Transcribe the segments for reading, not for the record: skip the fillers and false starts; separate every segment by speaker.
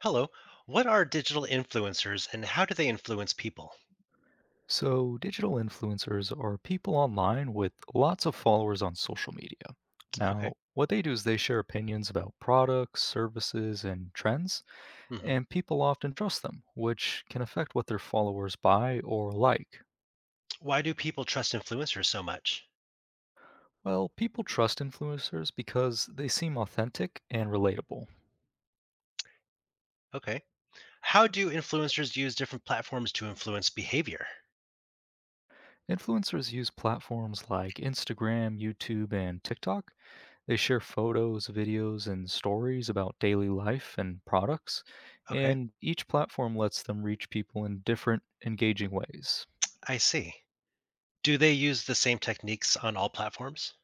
Speaker 1: Hello. What are digital influencers and how do they influence people?
Speaker 2: So, digital influencers are people online with lots of followers on social media. Now,
Speaker 1: Okay.
Speaker 2: what they do is they share opinions about products, services, and trends,
Speaker 1: Hmm.
Speaker 2: and people often trust them, which can affect what their followers buy or like.
Speaker 1: Why do people trust influencers so much?
Speaker 2: Well, people trust influencers because they seem authentic and relatable.
Speaker 1: Okay. How do influencers use different platforms to influence behavior?
Speaker 2: Influencers use platforms like Instagram, YouTube, and TikTok. They share photos, videos, and stories about daily life and products,
Speaker 1: Okay.
Speaker 2: and each platform lets them reach people in different, engaging ways.
Speaker 1: I see. Do they use the same techniques on all platforms?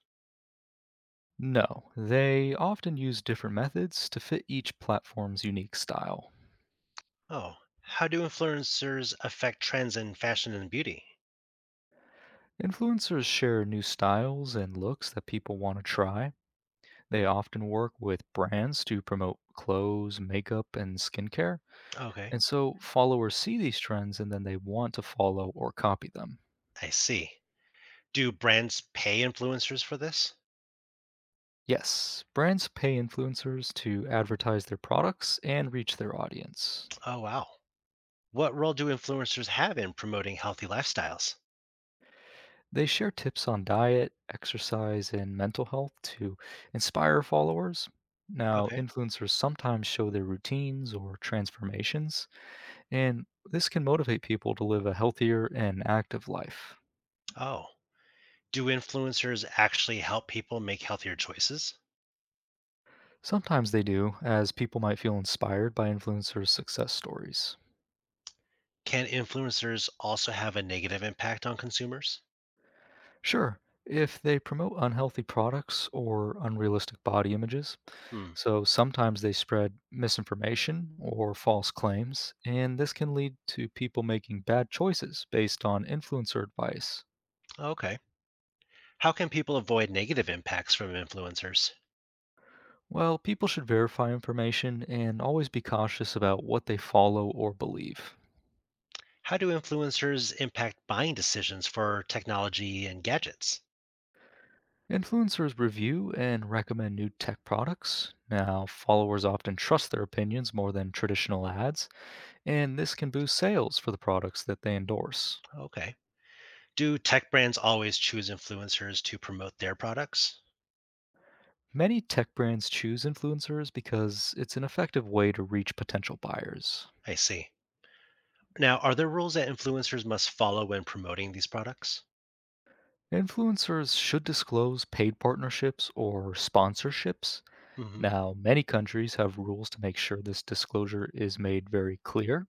Speaker 2: No, they often use different methods to fit each platform's unique style.
Speaker 1: Oh. How do influencers affect trends in fashion and beauty?
Speaker 2: Influencers share new styles and looks that people want to try. They often work with brands to promote clothes, makeup, and skincare.
Speaker 1: Okay.
Speaker 2: And so followers see these trends and then they want to follow or copy them.
Speaker 1: I see. Do brands pay influencers for this?
Speaker 2: Yes, brands pay influencers to advertise their products and reach their audience.
Speaker 1: Oh, wow. What role do influencers have in promoting healthy lifestyles?
Speaker 2: They share tips on diet, exercise, and mental health to inspire followers. Now,
Speaker 1: Okay.
Speaker 2: influencers sometimes show their routines or transformations, and this can motivate people to live a healthier and active life.
Speaker 1: Oh. Do influencers actually help people make healthier choices?
Speaker 2: Sometimes they do, as people might feel inspired by influencers' success stories.
Speaker 1: Can influencers also have a negative impact on consumers?
Speaker 2: Sure, if they promote unhealthy products or unrealistic body images.
Speaker 1: Hmm.
Speaker 2: So sometimes they spread misinformation or false claims, and this can lead to people making bad choices based on influencer advice.
Speaker 1: Okay. How can people avoid negative impacts from influencers?
Speaker 2: Well, people should verify information and always be cautious about what they follow or believe.
Speaker 1: How do influencers impact buying decisions for technology and gadgets?
Speaker 2: Influencers review and recommend new tech products. Now, followers often trust their opinions more than traditional ads, and this can boost sales for the products that they endorse.
Speaker 1: Okay. Do tech brands always choose influencers to promote their products?
Speaker 2: Many tech brands choose influencers because it's an effective way to reach potential buyers.
Speaker 1: I see. Now, are there rules that influencers must follow when promoting these products?
Speaker 2: Influencers should disclose paid partnerships or sponsorships.
Speaker 1: Hmm.
Speaker 2: Now, many countries have rules to make sure this disclosure is made very clear.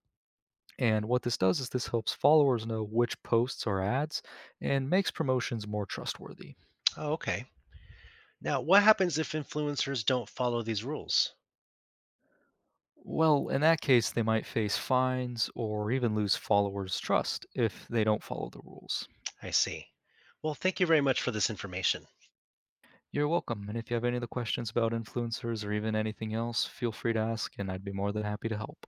Speaker 2: And what this does is this helps followers know which posts are ads and makes promotions more trustworthy.
Speaker 1: Oh, okay. Now, what happens if influencers don't follow these rules?
Speaker 2: Well, in that case, they might face fines or even lose followers' trust if they don't follow the rules.
Speaker 1: I see. Well, thank you very much for this information.
Speaker 2: You're welcome. And if you have any other questions about influencers or even anything else, feel free to ask, and I'd be more than happy to help.